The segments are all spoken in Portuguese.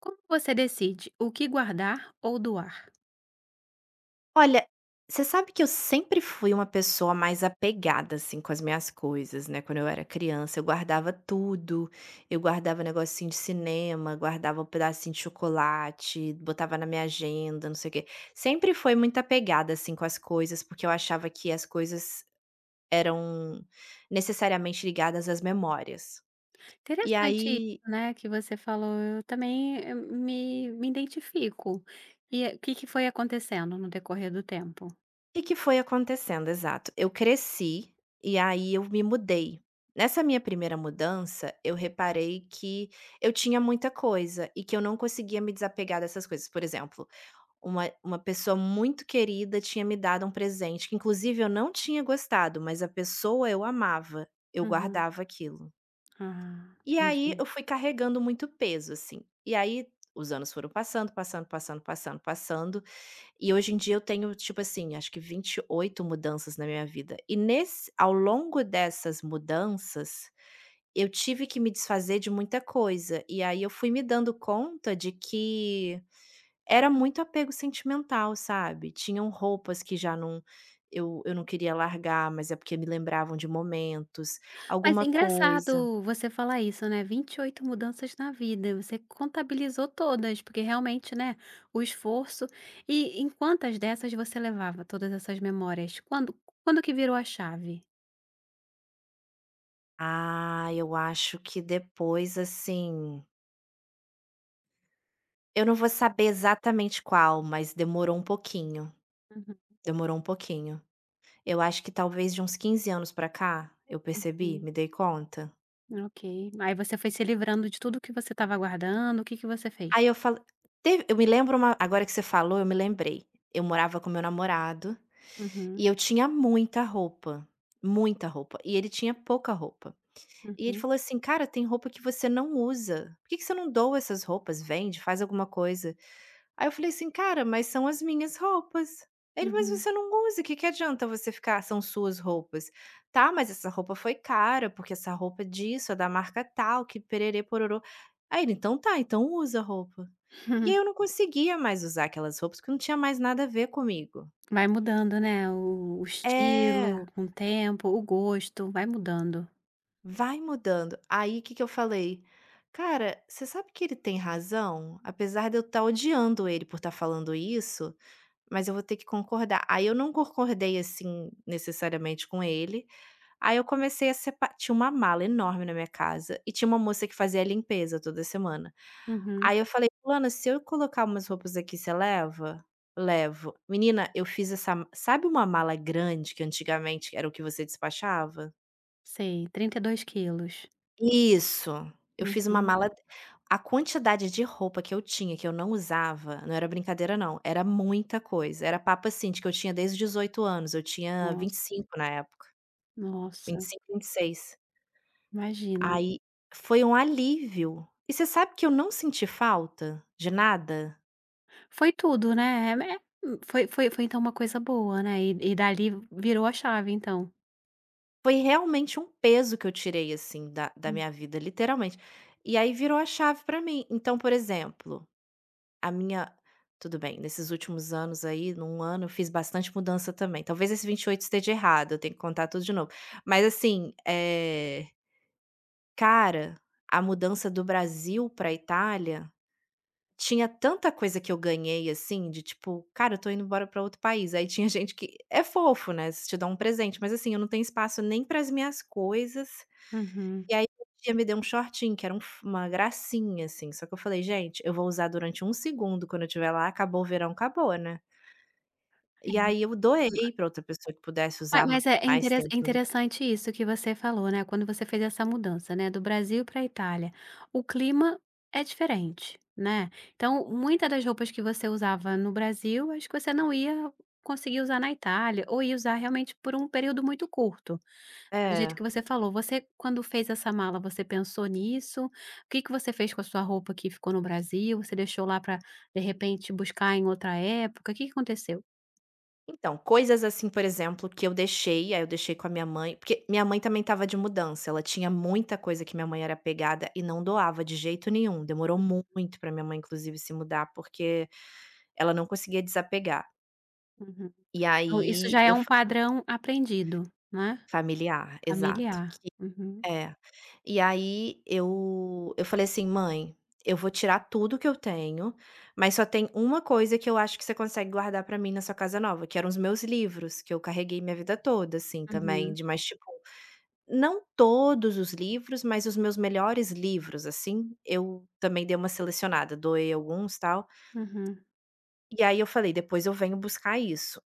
Como você decide o que guardar ou doar? Olha, você sabe que eu sempre fui uma pessoa mais apegada, assim, com as minhas coisas, né? Quando eu era criança, eu guardava tudo. Eu guardava negocinho de cinema, guardava um pedacinho de chocolate, botava na minha agenda, não sei o quê. Sempre foi muito apegada, assim, com as coisas, porque eu achava que as coisas eram necessariamente ligadas às memórias. E Interessante aí isso, né, que você falou. Eu também, me identifico. E o que que foi acontecendo no decorrer do tempo? que foi acontecendo, exato. Eu cresci, e aí eu me mudei. Nessa minha primeira mudança, eu reparei que eu tinha muita coisa, e que eu não conseguia me desapegar dessas coisas. Por exemplo, uma pessoa muito querida tinha me dado um presente, que inclusive eu não tinha gostado, mas a pessoa eu amava, eu Uhum. guardava aquilo. Ah, E aí entendi. eu fui carregando muito peso, assim. E aí os anos foram passando, passando, passando, passando, passando e hoje em dia eu tenho, tipo assim, acho que 28 mudanças na minha vida. E nesse ao longo dessas mudanças, eu tive que me desfazer de muita coisa. E aí eu fui me dando conta de que era muito apego sentimental, sabe? Tinham roupas que já não eu eu não queria largar, mas é porque me lembravam de momentos, Mas é alguma coisa. engraçado você falar isso, né. 28 mudanças na vida, você contabilizou todas, porque realmente, né, o esforço e em quantas dessas você levava todas essas memórias? Quando que virou a chave? Ah, eu acho que depois, assim, eu não vou saber exatamente qual, mas demorou um pouquinho. Uhum, Demorou um pouquinho. Eu acho que talvez de uns 15 anos pra cá, eu percebi, uhum. me dei conta. Ok. Aí você foi se livrando de tudo que você estava guardando, o que que você fez? Aí eu fal Eu me lembro uma agora que você falou, eu me lembrei. Eu morava com meu namorado Uhum, e eu tinha muita roupa, e ele tinha pouca roupa. E ele uhum, falou assim: "Cara, tem roupa que você não usa. Por que que você não doa essas roupas? Vende, faz alguma coisa". Aí eu falei assim: "Cara, mas são as minhas roupas". Ele: "Mas uhum. você não usa, que adianta você ficar? São suas roupas". "Tá, mas essa roupa foi cara, porque essa roupa é disso, é da marca tal, que pererê pororô". Aí ele: "Então tá, então usa a roupa". E aí eu não conseguia mais usar aquelas roupas, porque não tinha mais nada a ver comigo. Vai mudando, né, o É, estilo com o tempo, o gosto, vai mudando. vai mudando. Aí o que que eu falei: "Cara, você sabe que ele tem razão? Apesar de eu estar odiando ele por estar falando isso, mas eu vou ter que concordar. Aí eu não concordei, assim, necessariamente com ele, aí eu comecei a separar. Tinha uma mala enorme na minha casa e tinha uma moça que fazia a limpeza toda semana. Uhum, Aí eu falei: Lana, se eu colocar umas roupas aqui, você leva?" "Levo". Menina, eu fiz essa sabe uma mala grande que antigamente era o que você despachava? sei, 32 kg. Isso, eu fiz uma Uhum. mala, a quantidade de roupa que eu tinha, que eu não usava, não era brincadeira não, era muita coisa, era papo, assim, de que eu tinha desde os 18 anos, eu tinha Nossa, 25 na época, nossa, 25, 26. imagina. Aí foi um alívio. E você sabe que eu não senti falta de nada? Foi tudo, né, foi então uma coisa boa, né, e dali virou a chave então. Foi realmente um peso que eu tirei, assim, da minha vida, literalmente. E aí virou a chave pra mim. Então, por exemplo, a minha, tudo bem, nesses últimos anos aí, num ano, eu fiz bastante mudança também. Talvez esse 28 esteja errado, eu tenho que contar tudo de novo. Mas assim, cara, a mudança do Brasil pra Itália, tinha tanta coisa que eu ganhei, assim, de tipo: "Cara, eu tô indo embora pra outro país". Aí tinha gente que é fofo, né, eles te dão um presente, mas assim, eu não tenho espaço nem para as minhas coisas, Uhum. e aí minha tia me deu um shortinho que era um f uma gracinha, assim, só que eu falei: "Gente, eu vou usar durante um segundo quando eu estiver lá, acabou o verão, acabou, né". E aí eu doei pra outra pessoa que pudesse Ma usar ma mas é é mais interes tempo. é interessante isso que você falou, né, quando você fez essa mudança, né, do Brasil para a Itália. O clima é diferente, né. Então, muita das roupas que você usava no Brasil, acho que você não ia conseguir usar na Itália, ou ia usar realmente por um período muito curto, né, do jeito É. que você falou. Você, quando fez essa mala, você pensou nisso? O que que você fez com a sua roupa que ficou no Brasil? Você deixou lá para, de repente, buscar em outra época? O que que aconteceu? Então, coisas assim, por exemplo, que eu deixei, aí eu deixei com a minha mãe porque minha mãe também estava de mudança, ela tinha muita coisa, que minha mãe era apegada e não doava de jeito nenhum, demorou muito pra minha mãe inclusive se mudar, porque ela não conseguia desapegar. Uhum. E Então isso já aí é eu um fa padrão aprendido, né, Familiar, exato. familiar. Uhum, É. E aí eu falei assim: "Mãe, eu vou tirar tudo que eu tenho, mas só tem uma coisa que eu acho que você consegue guardar pra mim na sua casa nova", que eram os meus livros, que eu carreguei minha vida toda, assim, também, uhum, de mais tipo, não todos os livros, mas os meus melhores livros, assim, eu também dei uma selecionada, doei alguns, tal. uhum, E aí eu falei: "Depois eu venho buscar isso".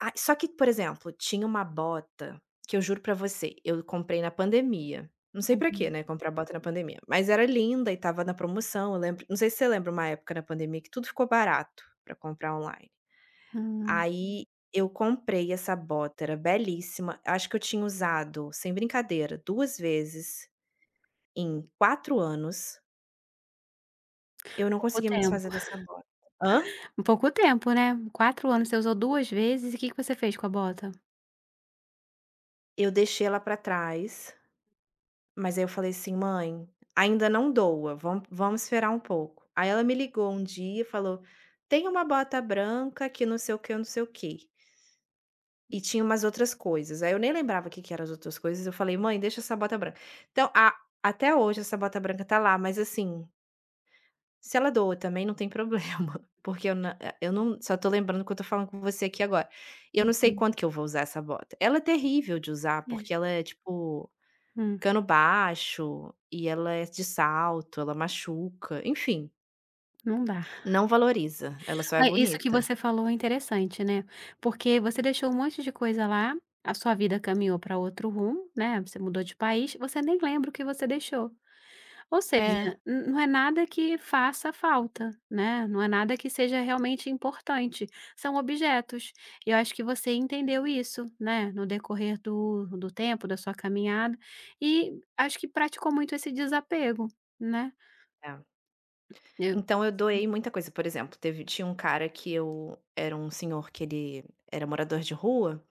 Ah, só que, por exemplo, tinha uma bota que eu juro pra você, eu comprei na pandemia. Não sei pra quê, uhum. né, comprar bota na pandemia, mas era linda e tava na promoção, eu lembro, não sei se você lembra uma época na pandemia que tudo ficou barato pra comprar online. Hum, Aí eu comprei essa bota, era belíssima, acho que eu tinha usado, sem brincadeira, 2 vezes em 4 anos, eu não pouco conseguia me tempo. desfazer dessa bota. Hã? Pouco tempo, né. 4 anos, você usou 2 vezes e o que que você fez com a bota? Eu deixei ela pra trás. Mas aí eu falei assim: "Mãe, ainda não doa, vamos esperar um pouco". Aí ela me ligou um dia e falou: "Tem uma bota branca que não sei o quê, não sei o que". E tinha umas outras coisas, aí eu nem lembrava o que que eram as outras coisas, eu falei: "Mãe, deixa essa bota branca". Então a Até hoje essa bota branca tá lá, mas assim, se ela doa também não tem problema, porque eu eu não, só tô lembrando que eu tô falando com você aqui agora. Eu não sei Uhum, quanto que eu vou usar essa bota. Ela é terrível de usar, é, porque ela é tipo hum, cano baixo, e ela é de salto, ela machuca, enfim, não dá. não valoriza, ela só é Mas isso que bonita. você falou é interessante, né, porque você deixou um monte de coisa lá, a sua vida caminhou para outro rumo, né, você mudou de país, você nem lembra o que você deixou. Ou seja, É, n não é nada que faça falta, né, não é nada que seja realmente importante, são objetos. E eu acho que você entendeu isso, né, no decorrer do tempo, da sua caminhada, e acho que praticou muito esse desapego, né. é. Eu vejo Então eu assim. doei muita coisa, por exemplo, teve tinha um cara que eu era um senhor que ele era morador de rua,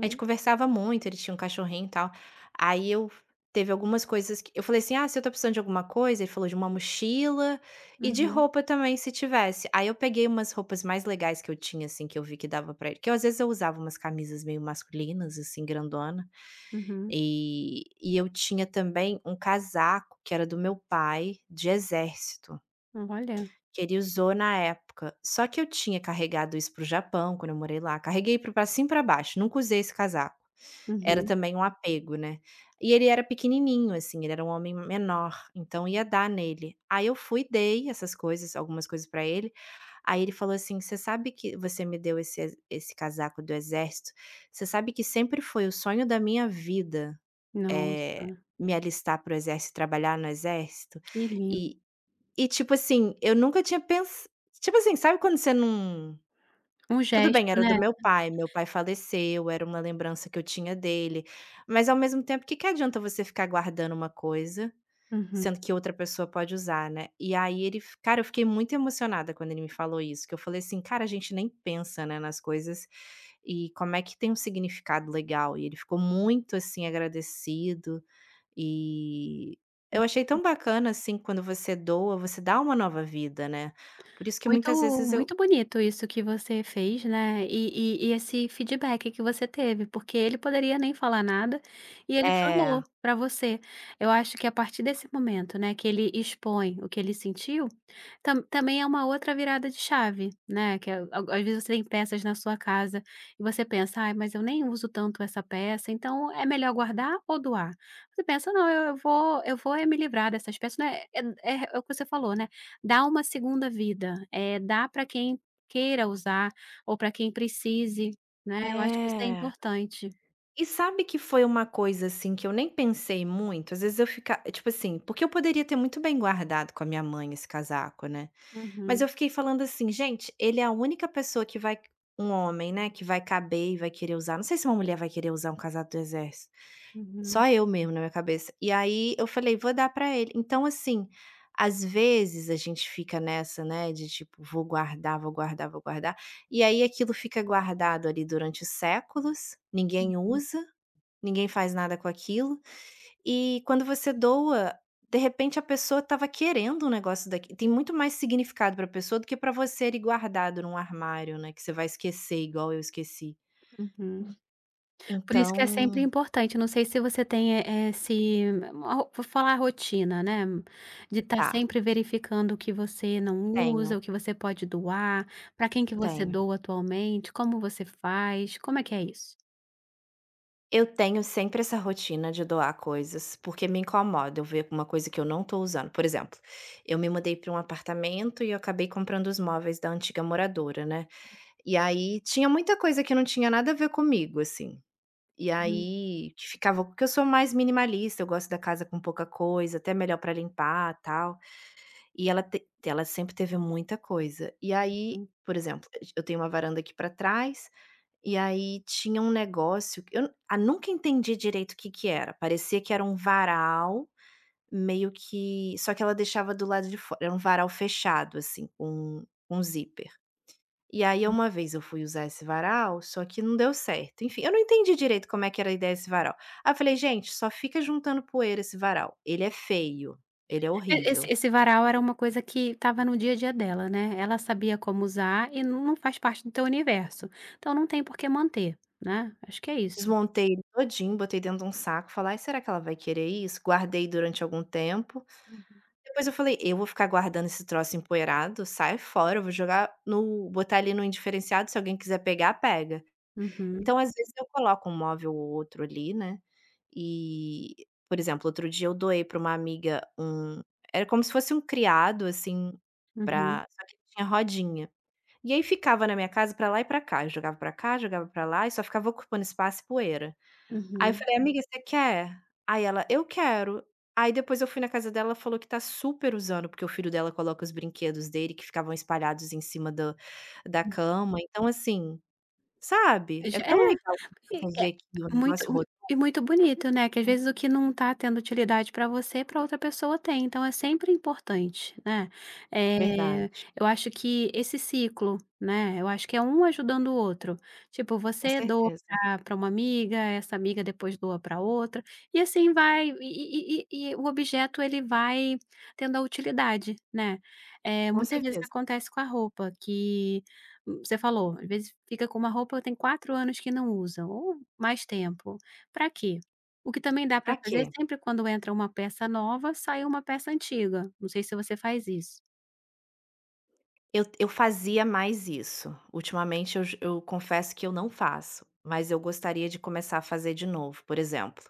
a gente conversava muito, ele tinha um cachorrinho e tal, aí eu teve algumas coisas que eu falei assim: "Ah, se eu tô precisando de alguma coisa", ele falou de uma mochila e de uhum, roupa também se tivesse. Aí eu peguei umas roupas mais legais que eu tinha, assim, que eu vi que dava pra ele, que eu às vezes eu usava umas camisas meio masculinas, assim, grandona, uhum. e eu tinha também um casaco que era do meu pai, de exército. Olha. Que ele usou na época. Só que eu tinha carregado isso para o Japão quando eu morei lá, carreguei para cima e para baixo, nunca usei esse casaco. Era Uhum. também um apego, né. E ele era pequenininho, assim, ele era um homem menor, então ia dar nele. Aí eu fui dei essas coisas, algumas coisas para ele, aí ele falou assim: "Você sabe que você me deu esse casaco do exército, você sabe que sempre foi o sonho da minha vida, Nossa, eh, me alistar para o exército, trabalhar no exército? que lindo. E e, tipo assim, eu nunca tinha pens tipo assim, sabe quando você não, Um tudo gesto, bem, era do né. Meu pai faleceu, era uma lembrança que eu tinha dele, mas ao mesmo tempo, o que que adianta você ficar guardando uma coisa, Uhum. sendo que outra pessoa pode usar, né. E aí ele f Cara, eu fiquei muito emocionada quando ele me falou isso, que eu falei assim: "Cara, a gente nem pensa, né, nas coisas, e como é que tem um significado legal". E ele ficou muito, assim, agradecido. E eu achei tão bacana, assim, quando você doa, você dá uma nova vida, né. Por isso que muitas Muito vezes eu muito bonito isso que você fez, né, e esse feedback que você teve, porque ele poderia nem falar nada, e ele é, falou para você. Eu acho que a partir desse momento, né, que ele expõe o que ele sentiu. Também é uma outra virada de chave, né, que é a às vezes você tem peças na sua casa e você pensa: "Ai, mas eu nem uso tanto essa peça, então é melhor guardar ou doar?". Você pensa: "Não, eu vou me livrar dessas peças", né, é o que você falou, né, dá uma segunda vida. É, dá para quem queira usar ou para quem precise, né. Eu acho que isso é é. importante. E sabe que foi uma coisa, assim, que eu nem pensei muito? Às vezes eu fica tipo assim, porque eu poderia ter muito bem guardado com a minha mãe esse casaco, né. Mas Uhum, eu fiquei falando assim: "Gente, ele é a única pessoa que vai um homem, né, que vai caber e vai querer usar". Não sei se uma mulher vai querer usar um casaco do exército. uhum, Só eu mesmo na minha cabeça. E aí eu falei: "Vou dar pra ele". Então, assim, às vezes a gente fica nessa, né, de tipo: "Vou guardar, vou guardar, vou guardar". E aí aquilo fica guardado ali durante séculos, ninguém uhum, usa, ninguém faz nada com aquilo. E quando você doa, de repente a pessoa estava querendo um negócio daqui, tem muito mais significado para a pessoa do que para você ali guardado num armário, né, que você vai esquecer igual eu esqueci. uhum. Por isso que é sempre Então importante. Não sei se você tem, vou falar, rotina, né, de estar tá, sempre verificando o que você não usa, tenho, o que você pode doar, para quem que você tenho. doa atualmente, como você faz, como é que é isso? Eu tenho sempre essa rotina de doar coisas, porque me incomoda eu ver uma coisa que eu não estou usando. Por exemplo, eu me mudei para um apartamento e eu acabei comprando os móveis da antiga moradora, né. E aí tinha muita coisa que não tinha nada a ver comigo, assim. E Uhum. aí que ficava porque eu sou mais minimalista, eu gosto da casa com pouca coisa, até melhor para limpar, tal. E ela sempre teve muita coisa. E aí, por exemplo, eu tenho uma varanda aqui para trás, e aí tinha um negócio que nunca entendi direito o que que era, parecia que era um varal, meio que, só que ela deixava do lado de fora, era um varal fechado, assim, com um zíper. E aí uma vez eu fui usar esse varal, só que não deu certo. Enfim, eu não entendi direito como é que era a ideia desse varal. Aí eu falei: "Gente, só fica juntando poeira esse varal, ele é feio, ele é E esse horrível". esse varal era uma coisa que estava no dia a dia dela, né, ela sabia como usar e não não faz parte do teu universo, então não tem por que manter, né, acho que é isso. Desmontei ele todinho, botei dentro de um saco, falei: "Ai, será que ela vai querer isso?". Guardei durante algum tempo. Depois eu falei: "Eu vou ficar guardando esse troço empoeirado? Sai fora, eu vou jogar no botar ele no indiferenciado, se alguém quiser pegar, pega". Uhum, Então, às vezes, eu coloco um móvel ou outro ali, né, e, por exemplo, outro dia eu doei para uma amiga um, era como se fosse um criado, assim, uhum, pra só que tinha rodinha. E aí ficava na minha casa pra lá e pra cá, eu jogava pra cá, jogava pra lá e só ficava ocupando espaço e poeira. Aí eu uhum. falei: "Amiga, você quer?" Aí ela: "Eu quero". Aí depois eu fui na casa dela, ela falou que tá super usando, porque o filho dela coloca os brinquedos dele que ficavam espalhados em cima do da cama, então assim. Sabe, é Já tão é. legal E quando você é vê que o muito negócio rodou muito bonito, né, que às vezes o que não tá tendo utilidade pra você, pra outra pessoa tem, então é sempre importante, né. de verdade. Eh, eu acho que esse ciclo, né, eu acho que é um ajudando o outro. Tipo, Com você doa certeza, pra uma amiga, essa amiga depois doa pra outra, e assim vai, e o objeto ele vai tendo a utilidade, né. Eh, com muitas vezes certeza. acontece com a roupa, que você falou. Às vezes fica com uma roupa que tem 4 anos que não usa ou mais tempo, para quê? O que também dá para Pra fazer quê? sempre: quando entra uma peça nova, sai uma peça antiga. Não sei se você faz isso. Eu fazia mais isso, ultimamente eu confesso que eu não faço, mas eu gostaria de começar a fazer de novo. Por exemplo,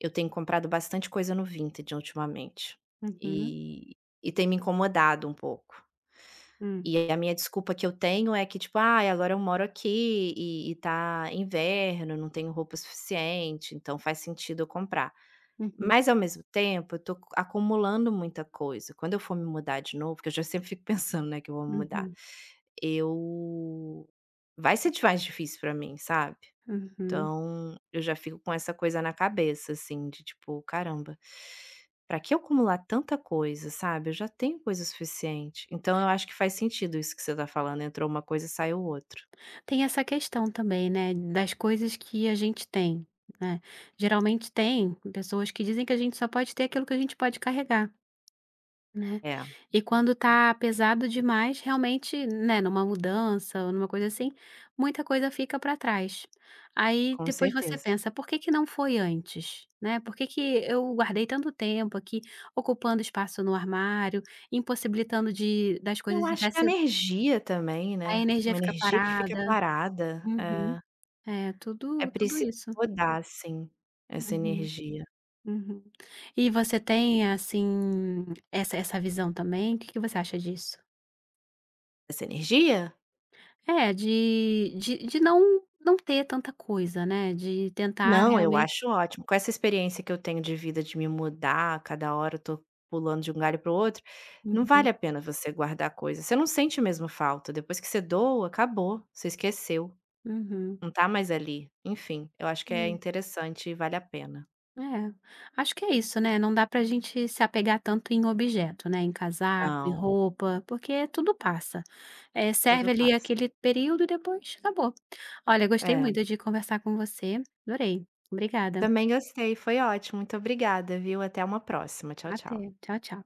eu tenho comprado bastante coisa no Vinted ultimamente, Uhum, e e tem me incomodado um pouco. hum, E a minha desculpa que eu tenho é que tipo: "Ah, agora eu moro aqui e tá inverno, não tenho roupa suficiente, então faz sentido eu comprar". uhum, Mas ao mesmo tempo eu tô co acumulando muita coisa. Quando eu for me mudar de novo, porque eu já sempre fico pensando, né, que eu vou me mudar, uhum, eu vai ser de mais difícil pra mim, sabe. uhum. Então, eu já fico com essa coisa na cabeça, assim, de tipo: "Caramba, pra que eu acumular tanta coisa, sabe, eu já tenho coisa suficiente". Então eu acho que faz sentido isso que você tá falando, entrou uma coisa e saiu outra. Tem essa questão também, né, das coisas que a gente tem, né, geralmente tem pessoas que dizem que a gente só pode ter aquilo que a gente pode carregar. Né. É, E quando tá pesado demais, realmente, né, numa mudança ou numa coisa assim, muita coisa fica para trás. Aí com depois você certeza. pensa: "Por que que não foi antes?", né, "Por que que eu guardei tanto tempo aqui, ocupando espaço no armário, impossibilitando de das coisas Eu acho que a desse energia também, a né, energia uma fica energia que fica parada". parada. Uhum. É. É, É tudo tudo preciso isso. rodar, sim, essa Uhum, energia. uhum. E você tem, assim, essa visão também? O que que você acha disso? Essa energia? É, de não não ter tanta coisa, né, de tentar Não, eu realmente. acho ótimo. Com essa experiência que eu tenho de vida, de me mudar, a cada hora eu tô pulando de um galho para o outro, não Uhum, vale a pena você guardar coisa. Você não sente mesmo falta, depois que você doa, acabou, você esqueceu, uhum. não tá mais ali. Enfim, eu acho que é Hum, interessante e vale a pena. é. Acho que é isso, né, não dá pra gente se apegar tanto em objeto, né, em casaco, em Não, roupa, porque tudo passa. Serve tudo ali passa. aquele período e depois acabou. Olha, gostei É, muito de conversar com você, adorei. Obrigada. também gostei, foi ótimo, muito obrigada, viu? Até uma próxima. Tchau, Até. tchau. Tchau, tchau.